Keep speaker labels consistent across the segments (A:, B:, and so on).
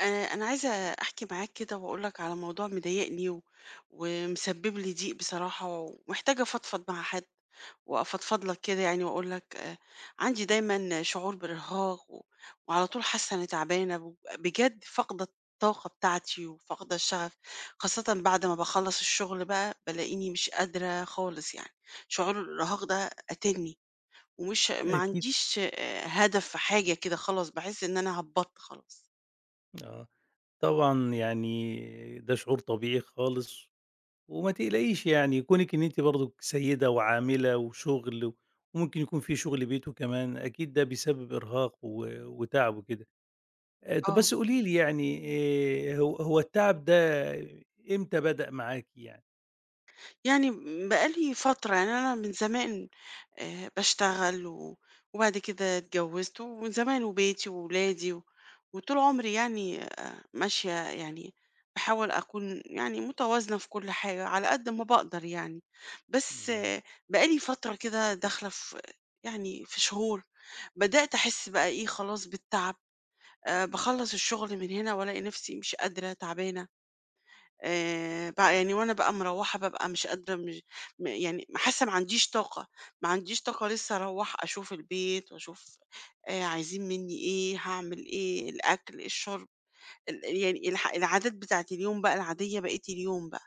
A: آه، أنا عايزة أحكي معاك كده وأقول لك على موضوع مضايقني ومسبب لي ضيق بصراحة ومحتاجة أفضفض مع حد وأفضفض لك كده يعني وأقول لك آه، عندي دايما شعور بإرهاق وعلى طول حاسة إني تعبانة بجد فاقدة الطاقة بتاعتي وفاقدة الشغف خاصة بعد ما بخلص الشغل بقى بلاقيني مش قادرة خالص يعني شعور الإرهاق ده قاتلني ما
B: أكيد،
A: عنديش هدف في حاجة كده خلاص بحس إن أنا هبطت خلاص.
B: آه، طبعًا يعني ده شعور طبيعي خالص، وما تقلقيش يعني كونِك إن أنتِ برضه سيدة وعاملة وشغل، وممكن يكون في شغل بيت وكمان، أكيد ده بيسبب إرهاق وتعب وكده. طب
A: اه،
B: بس قولي لي يعني هو التعب ده إمتى بدأ معاكِ يعني؟
A: يعني بقى لي فترة، يعني أنا من زمان باشتغل وبعد كده اتجوّزت ومن زمان وبيتي وولادي وطول عمري يعني ماشية يعني باحاول أكون يعني متوازنة في كل حاجة على قد ما باقدر يعني، بس
B: إمم.
A: بقى لي فترة كده داخلة في يعني في شهور بدأت أحس بقى إيه، خلاص بالتعب. باخلّص الشغل من هنا والاقي نفسي مش قادرة، تعبانة. بقى يعني وأنا بقى مروّحة بابقى مش قادرة، مش م يعني حاسة ما عنديش طاقة، ما عنديش طاقة لسه أروّح أشوف البيت وأشوف، عايزين منّي إيه، هاعمل إيه، الأكل، الشرب، ال يعني الح العادات بتاعة اليوم بقى العادية بقية اليوم بقى،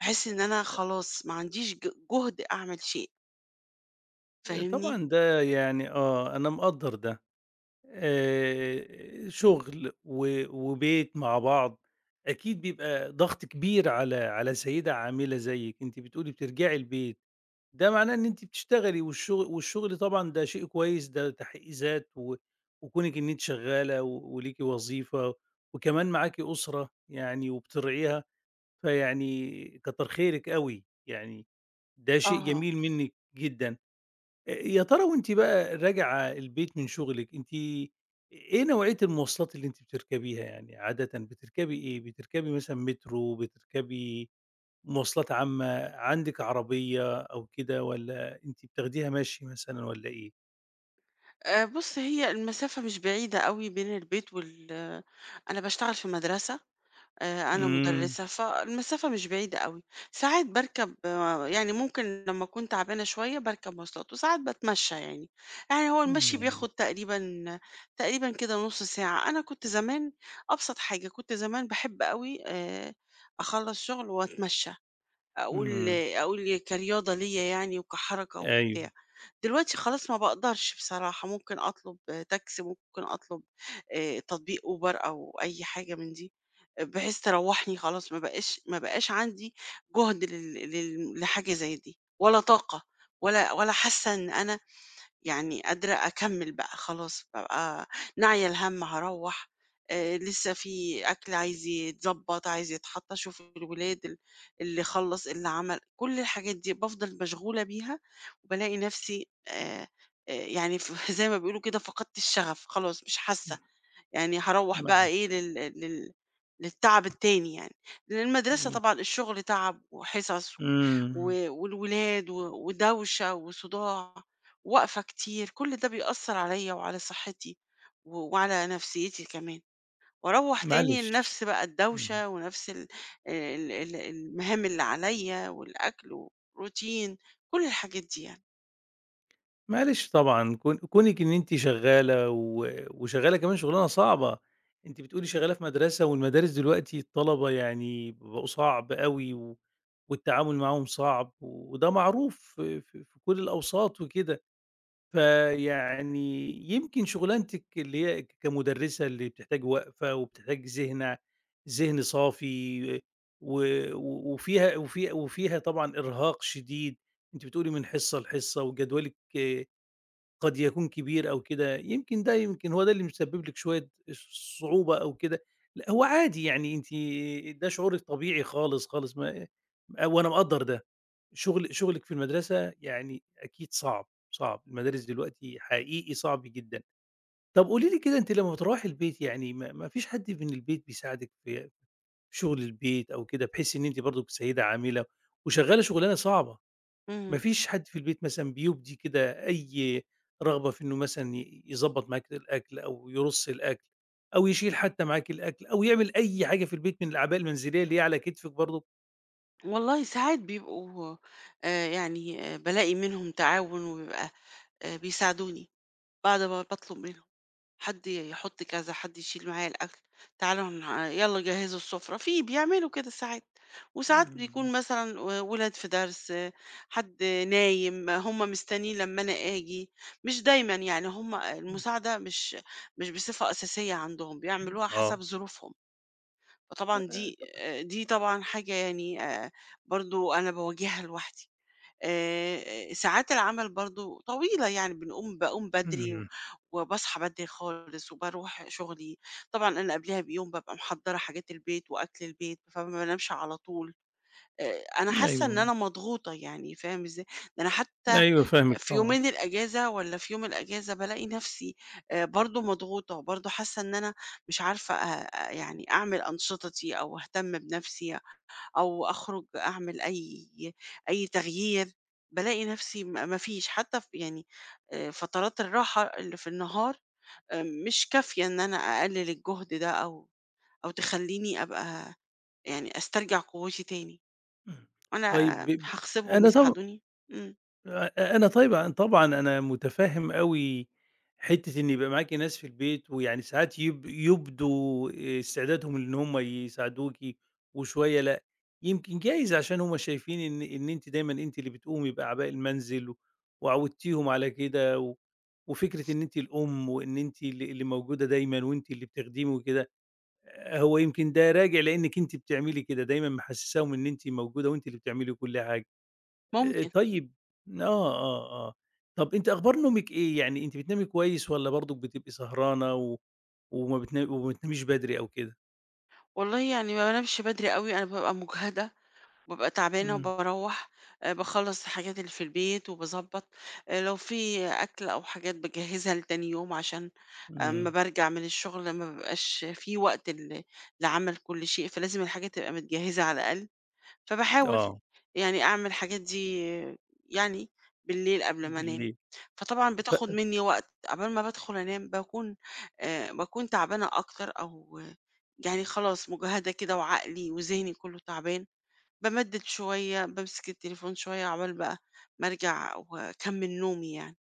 A: باحس إن أنا خلاص ما عنديش جُهد أعمل شيء، فاهمني؟
B: طبعًا ده يعني أنا مقدّر ده. شُغل وبيت مع بعض، أكيد بيبقى ضغط كبير على سيدة عاملة زيِّك، أنتِ بتقولي بترجعي البيت، ده معناه إن أنتِ بتشتغلي والشغل طبعًا ده شيء كويس، ده تحقيق ذات وكونِك إن أنتِ شغّالة وليكِ وظيفة وكمان معاكِ أسرة يعني وبترعيها، فيعني كتر خيرِك أوي، يعني ده شيء
A: آه.
B: جميل منِّك جدًا. يا ترى وأنتِ بقى راجعة البيت من شغلِك، أنتِ إيه نوعية المواصلات اللي أنتِ بتركبيها يعني عادةً بتركبي إيه؟ بتركبي مثلًا مترو، بتركبي مواصلات عامة، عندِك عربية أو كده والّا أنتِ بتاخديها مشي مثلًا والّا إيه؟
A: بُص، هي المسافة مش بعيدة أوي بين البيت آه، أنا باشتغل في مدرسة، أنا
B: إمم.
A: مُدرِّسة، فالمسافة مش بعيدة أوي، ساعات باركب يعني ممكن لمّا أكون تعبانة شوية باركب مواصلات، وساعات باتمشى يعني، يعني هو المشي
B: إمم.
A: بياخد تقريبًا كده نُص ساعة، أنا كنت زمان أبسط حاجة، كنت زمان باحب أوي أخلّص شغل وأتمشى. أقول
B: إمم.
A: أقول كرياضة ليّا يعني وكحركة
B: أيوه.
A: وبتاع، دلوقتي خلاص ما باقدرش بصراحة، ممكن أطلب تاكسي، ممكن أطلب تطبيق Uber أو أي حاجة من دي، بحيث تروّحني خلاص ما بقاش عندي جهد لل لل لحاجة زي دي، ولا طاقة ولا حاسة إن أنا يعني قادرة أكمّل بقى خلاص، بابقى ناعية الهَم هاروّح، لسه في أكل عايز يتضبّط، عايز يتحط، أشوف الولاد اللي خلّص، اللي عمل، كل الحاجات دي بافضل مشغولة بيها وبالاقي نَفْسي يعني ف زي ما بيقولوا كده فقدت الشغف، خلاص مش حاسة. يعني هاروّح بقى
B: معاك.
A: إيه لل لل للتعب التاني يعني، لإن المدرسة
B: إمم.
A: طبعًا الشغل تعب وحصص
B: إمم.
A: والولاد ودوشة وصداع، وقفة كتير، كل ده بيأثّر عليّا وعلى صحّتي وعلى نفسيّتي كمان، وأروّح تاني
B: معلش.
A: لنفس بقى
B: إمم.
A: الدوشة ونفس ال ال ال المهام اللي عليّا والأكل والروتين، كل الحاجات دي يعني.
B: معلش طبعًا كونِك إن أنتِ شغّالة وشغّالة كمان شُغلانة صعبة، أنتِ بتقولي شغّالة في مدرسة والمدارس دلوقتي الطلبة يعني بقوا صعب أوي والتعامل معاهم صعب وده معروف في كل الأوساط وكده، فيعني يمكن شُغلانتِك اللي هي كمُدرِّسة اللي بتحتاج وقفة وبتحتاج ذهن صافي و و وفيها وفي وفيها طبعًا إرهاق شديد، أنتِ بتقولي من حصّة لحصّة وجدولِك قد يكون كبير أو كده، يمكن هو ده اللي مسبب لِك شوية صعوبة أو كده، لأ هو عادي يعني ده شعورِك طبيعي خالص، خالص ما وأنا مقدّر ده، شغلِك في المدرسة يعني أكيد صعب، صعب، المدارس دلوقتي حقيقي صعب جدًا. طب قولي لي كده أنتِ لمّا بتروّحي البيت يعني ما فيش حد من البيت بيساعدِك في شغل البيت أو كده، بحيث إن أنتِ برضه سيدة عاملة وشغّالة شغلانة صعبة؟ ما
A: إمم.
B: فيش حد في البيت مثلًا بيُبدي كده أي رغبة في إنه مثلًا يضبّط معاكِ الأكل أو يرُص الأكل أو يشيل حتى معاكِ الأكل أو يعمل أي حاجة في البيت من الأعباء المنزلية اللي هي على كتفِك برضه؟
A: والله ساعات بيبقوا، يعني بالاقي منهم تعاون وبيبقى بيساعدوني، بعد ما باطلب منهم، حد يحط كذا، حد يشيل معايا الأكل، تعالوا هن يالّا جهّزوا السفرة، في بيعملوا كده ساعات، وساعات
B: إمم.
A: بيكون مثلًا ولاد في درس، آه، حد نايم، آه، هم مستنيين لمّا أنا آجي، مش دايمًا يعني هم،
B: إمم.
A: المساعدة مش بصفة أساسية عندهم، بيعملوها
B: آه.
A: حسب ظروفهم، فطبعًا دي
B: طب.
A: دي طبعًا حاجة يعني، آآ، برضه أنا باواجهها لوحدي. ساعات العمل برضه طويلة يعني باقوم بدري
B: إمم.
A: وباصحى بدري خالص وباروح شغلي، طبعًا أنا قبليها بيوم بابقى محضّرة حاجات البيت وأكل البيت، فما بانامش على طول، أنا حاسة إن
B: أيوه،
A: أنا مضغوطة يعني فاهم إزاي؟ ده أنا حتى
B: أيوه فاهمِك
A: في
B: طبعًا.
A: يومين الأجازة والّا في يوم الأجازة بالاقي نفسي برضه مضغوطة، برضه حاسة إن أنا مش عارفة أ يعني أعمل أنشطتي أو أهتم بنفسي أو أخرج أعمل أي تغيير، بالاقي نفسي ما فيش، حتى يعني فترات الراحة اللي في النهار مش كافية إن أنا أقلل الجهد ده أو أو تخلّيني أبقى يعني أسترجع قوتي تاني،
B: إمم.
A: وأنا
B: طيب
A: هاغصبهم
B: أنا طب
A: يساعدوني؟ إمم،
B: أ أنا طبعًا أنا مُتفهِّم أوي حتّة إن يبقى معاكِ ناس في البيت، ويعني ساعات يُبدوا استعدادهم إن هم يساعدوكِ وشوية لأ، يمكن جايز عشان هم شايفين إن أنتِ دايمًا أنتِ اللي بتقومي بأعباء المنزل، وعوّدتيهم على كده، وفكرة إن أنتِ الأم وإن أنتِ اللي موجودة دايمًا وأنتِ اللي بتخدمي وكده، هو يمكن ده راجع لإنِّك أنتِ بتعملي كده، دايمًا محسِّساهم إن أنتِ موجودة وأنتِ اللي بتعملي كل حاجة.
A: ممكن.
B: طيب آه، آه، آه. طَب أنتِ أخبار نومِك إيه؟ يعني أنتِ بتنامي كويس والّا برضُك بتبقي سهرانة و وما بتنا وما بتناميش بدري أو كده؟
A: والله يعني ما بانامش بدري أوي، أنا بابقى مُجهدة، بابقى تعبانة
B: إمم.
A: وباروّح، باخلّص الحاجات اللي في البيت وباضبّط، لو في أكل أو حاجات باجهّزها لتاني يوم عشان أمّا
B: إمم.
A: بارجع من الشغل ما بيبقاش في وقت لعمل كل شيء، فلازم الحاجات تبقى متجهزة على الأقل، فباحاول
B: آه،
A: يعني أعمل الحاجات دي يعني بالليل قبل ما أنام،
B: بالليل.
A: فطبعًا
B: ف
A: بتاخد منّي وقت، عقبال ما بادخل أنام باكون باكون تعبانة أكتر أو يعني خلاص مُجهدة كده وعقلي وذهني كُلّه تعبان، بامدِّد شوية، بامسك التليفون شوية عقبال بقى ما أرجع وأكمّل نومي يعني.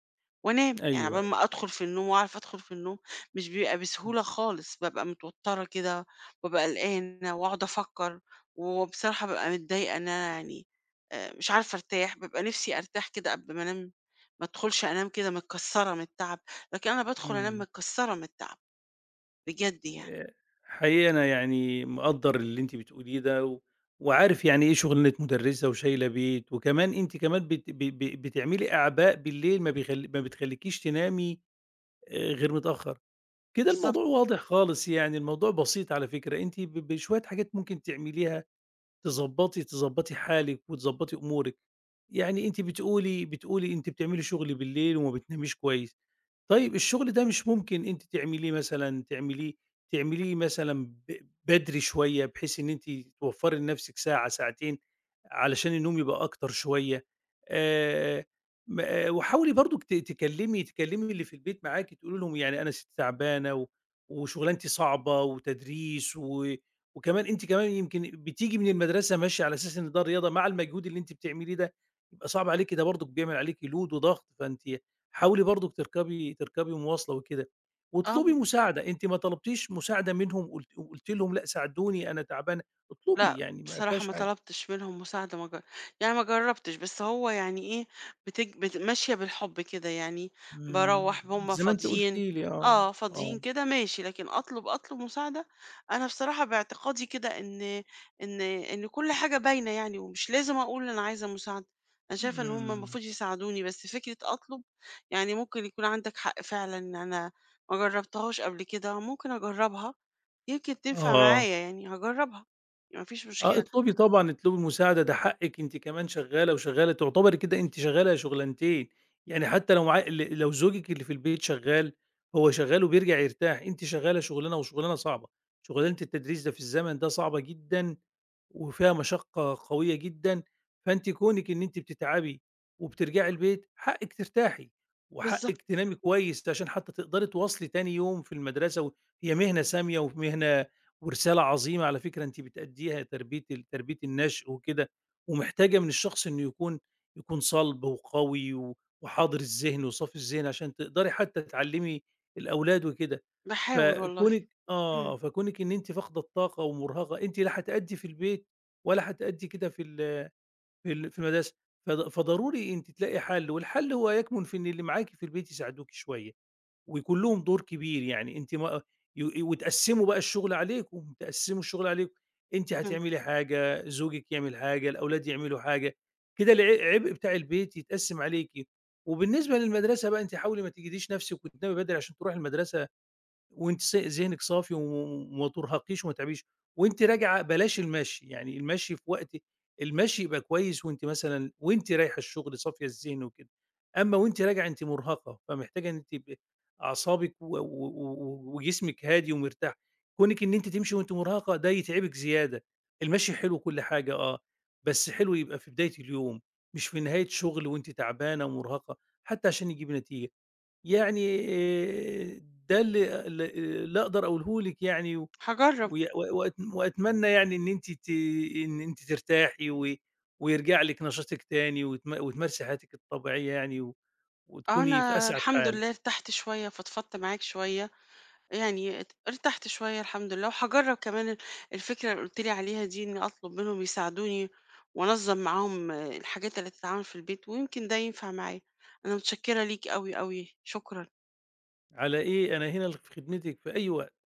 A: وأنام،
B: أيوه،
A: يعني عقبال
B: أيوه.
A: ما أدخل في النوم وأعرف أدخل في النوم مش بيبقى بسهولة خالص، بابقى متوترة كده، وبابقى قلقانة وأقعد أفكّر، وبصراحة بابقى متضايقة إن أنا يعني مش عارفة أرتاح، بابقى نِفْسي أرتاح كده قبل ما أنام، ما أدخلش أنام كده متكسّرة من التعب، لكن أنا بادخل أنام
B: إمم.
A: متكسّرة من التعب، بجد يعني.
B: آآ حقيقي أنا يعني مقدّر اللي أنتِ بتقوليه ده وعارف يعني إيه شُغلانة مُدرِّسة وشايلة بيت وكمان أنتِ كمان بت ب ب بتعملي أعباء بالليل ما بتخلّيكيش تنامي غير متأخّر. كده
A: بالضبط،
B: الموضوع واضح خالص، يعني الموضوع بسيط على فكرة، أنتِ بشوية حاجات ممكن تعمليها تضبّطي حالِك وتضبّطي أمورِك، يعني أنتِ بتقولي أنتِ بتعملي شغل بالليل وما بتناميش كويس، طيب الشغل ده مش ممكن أنتِ تعمليه مثلًا بدري شوية، بحيث إن أنتِ توفّري لنفسِك ساعة، ساعتين، علشان النوم يبقى أكتر شوية. آآ، وحاولي برضُك ت تكلّمي تكلّمي اللي في البيت معاكِ، تقولي لهم يعني أنا ست تعبانة وشغلانتي صعبة وتدريس وكمان أنتِ كمان يمكن بتيجي من المدرسة ماشية على أساس إن ده رياضة، مع المجهود اللي أنتِ بتعمليه ده، يبقى صعب عليكِ، ده برضُك بيعمل عليكِ load وضغط، فأنتِ حاولي برضك تركبي مواصلة وكده،
A: آه.
B: واطلبي مساعدة، أنتِ ما طلبتيش مساعدة منهم وقلتِ لهم لأ ساعدوني أنا تعبانة، اطلبي
A: لأ،
B: يعني ما
A: بصراحة
B: فيهاش
A: ما
B: حاجة.
A: طلبتش منهم مساعدة، ما ج يعني ما جرّبتش، بس هو يعني إيه، بتج بت ماشية بالحب كده يعني،
B: إمم،
A: باروّح هُم
B: زي ما أنتِ قلتِ
A: فاضيين،
B: لي آه،
A: آه، فاضيين
B: آه،
A: كده ماشي، لكن أطلب أطلب مساعدة، أنا بصراحة باعتقادي كده إن إن كل حاجة باينة يعني، ومش لازم أقول أنا عايزة مساعدة، أنا شايفة إن هُم
B: إمم،
A: المفروض يساعدوني، بس فكرة أطلب يعني ممكن يكون عندك حق فعلًا، أنا ما جرّبتهاش قبل كده، ممكن أجرّبها. يمكن تنفع
B: آه،
A: معايا يعني هاجرّبها، ما فيش
B: آه
A: مشكلة،
B: اطلبي طبعًا، اطلبي مساعدة ده حقِّك أنتِ كمان شغالة وشغالة تعتبري كده أنتِ شغالة شغلانتين، يعني حتى لو مع ل لو زوجِك اللي في البيت شغال، هو شغال وبيرجع يرتاح، أنتِ شغالة شغلانة وشغلانة صعبة، شغلانة التدريس ده في الزمن ده صعبة جدًا وفيها مشقة قوية جدًا، فأنتِ كونِك إن أنتِ بتتعبي وبترجعي البيت حقِّك ترتاحي،
A: بالضبط،
B: وحقِّك تنامي كويس عشان حتى تقدري تواصلي تاني يوم في المدرسة و هي مهنة سامية ومهنة ورسالة عظيمة على فكرة أنتِ بتأدّيها تربية تربية النشء وكده، ومحتاجة من الشخص إنه يكون صلب وقوي وحاضر الذهن وصافي الذهن عشان تقدري حتى تعلّمي الأولاد وكده.
A: باحاول والله،
B: فكونِك
A: إمم،
B: آه، فكونِك إن أنتِ فاقدة الطاقة ومُرهقة، أنتِ لا هتأدّي في البيت ولا هتأدّي كده في ال في ال في المدرسة، فضروري أنتِ تلاقي حَل، والحَل هو يكمُن في إن اللي معاكِ في البيت يساعدوكِ شوية، ويكون لهم دور كبير، يعني أنتِ ما ي وتقسّموا بقى الشغل عليكم، تقسّموا الشغل عليكم، أنتِ
A: إمم،
B: هتعملي حاجة، زوجِك يعمل حاجة، الأولاد يعملوا حاجة، كده العبء بتاع البيت يتقسّم عليكِ، وبالنسبة للمدرسة بقى أنتِ حاولي ما تجهديش نَفْسِك وتنامي بدري عشان تروحي المدرسة وأنتِ ذهنِك صافي وما ترهقيش وما تتعبيش، وأنتِ راجعة بلاش المشي، يعني المشي في وقت المشي يبقى كويس وأنتِ مثلًا وأنتِ رايحة الشغل صافية الذهن وكده، أمّا وأنتِ راجعة أنتِ مرهقة، فمحتاجة إن أنتِ يبقى أعصابِك و و و وجسمِك هادي ومرتاح، كونِك إن أنتِ تمشي وأنتِ مرهقة ده يتعبِك زيادة، المشي حلو وكل حاجة بس حلو يبقى في بداية اليوم، مش في نهاية شغل وأنتِ تعبانة ومرهقة، حتى عشان يجيب نتيجة. يعني ده اللي أقدر أقوله لِك يعني و
A: هاجرّب،
B: وي و وأت وأتمنى يعني إن أنتِ ترتاحي ويرجع لِك نشاطِك تاني وتمارسي حياتِك الطبيعية يعني و
A: آه،
B: وتكوني في
A: أنا
B: أسعد
A: الحمد
B: حال.
A: لله ارتحت شوية، فضفضت معاك شوية، يعني ارتحت شوية الحمد لله، وهاجرّب كمان الفكرة اللي قُلت لي عليها دي إني أطلب منهم يساعدوني وأنظّم معاهم آه، الحاجات اللي تتعمل في البيت، ويمكن ده ينفع معايا، أنا متشكرة ليك أوي، أوي، شكرًا.
B: على إيه، أنا هنا في خدمتِك في أي وقت.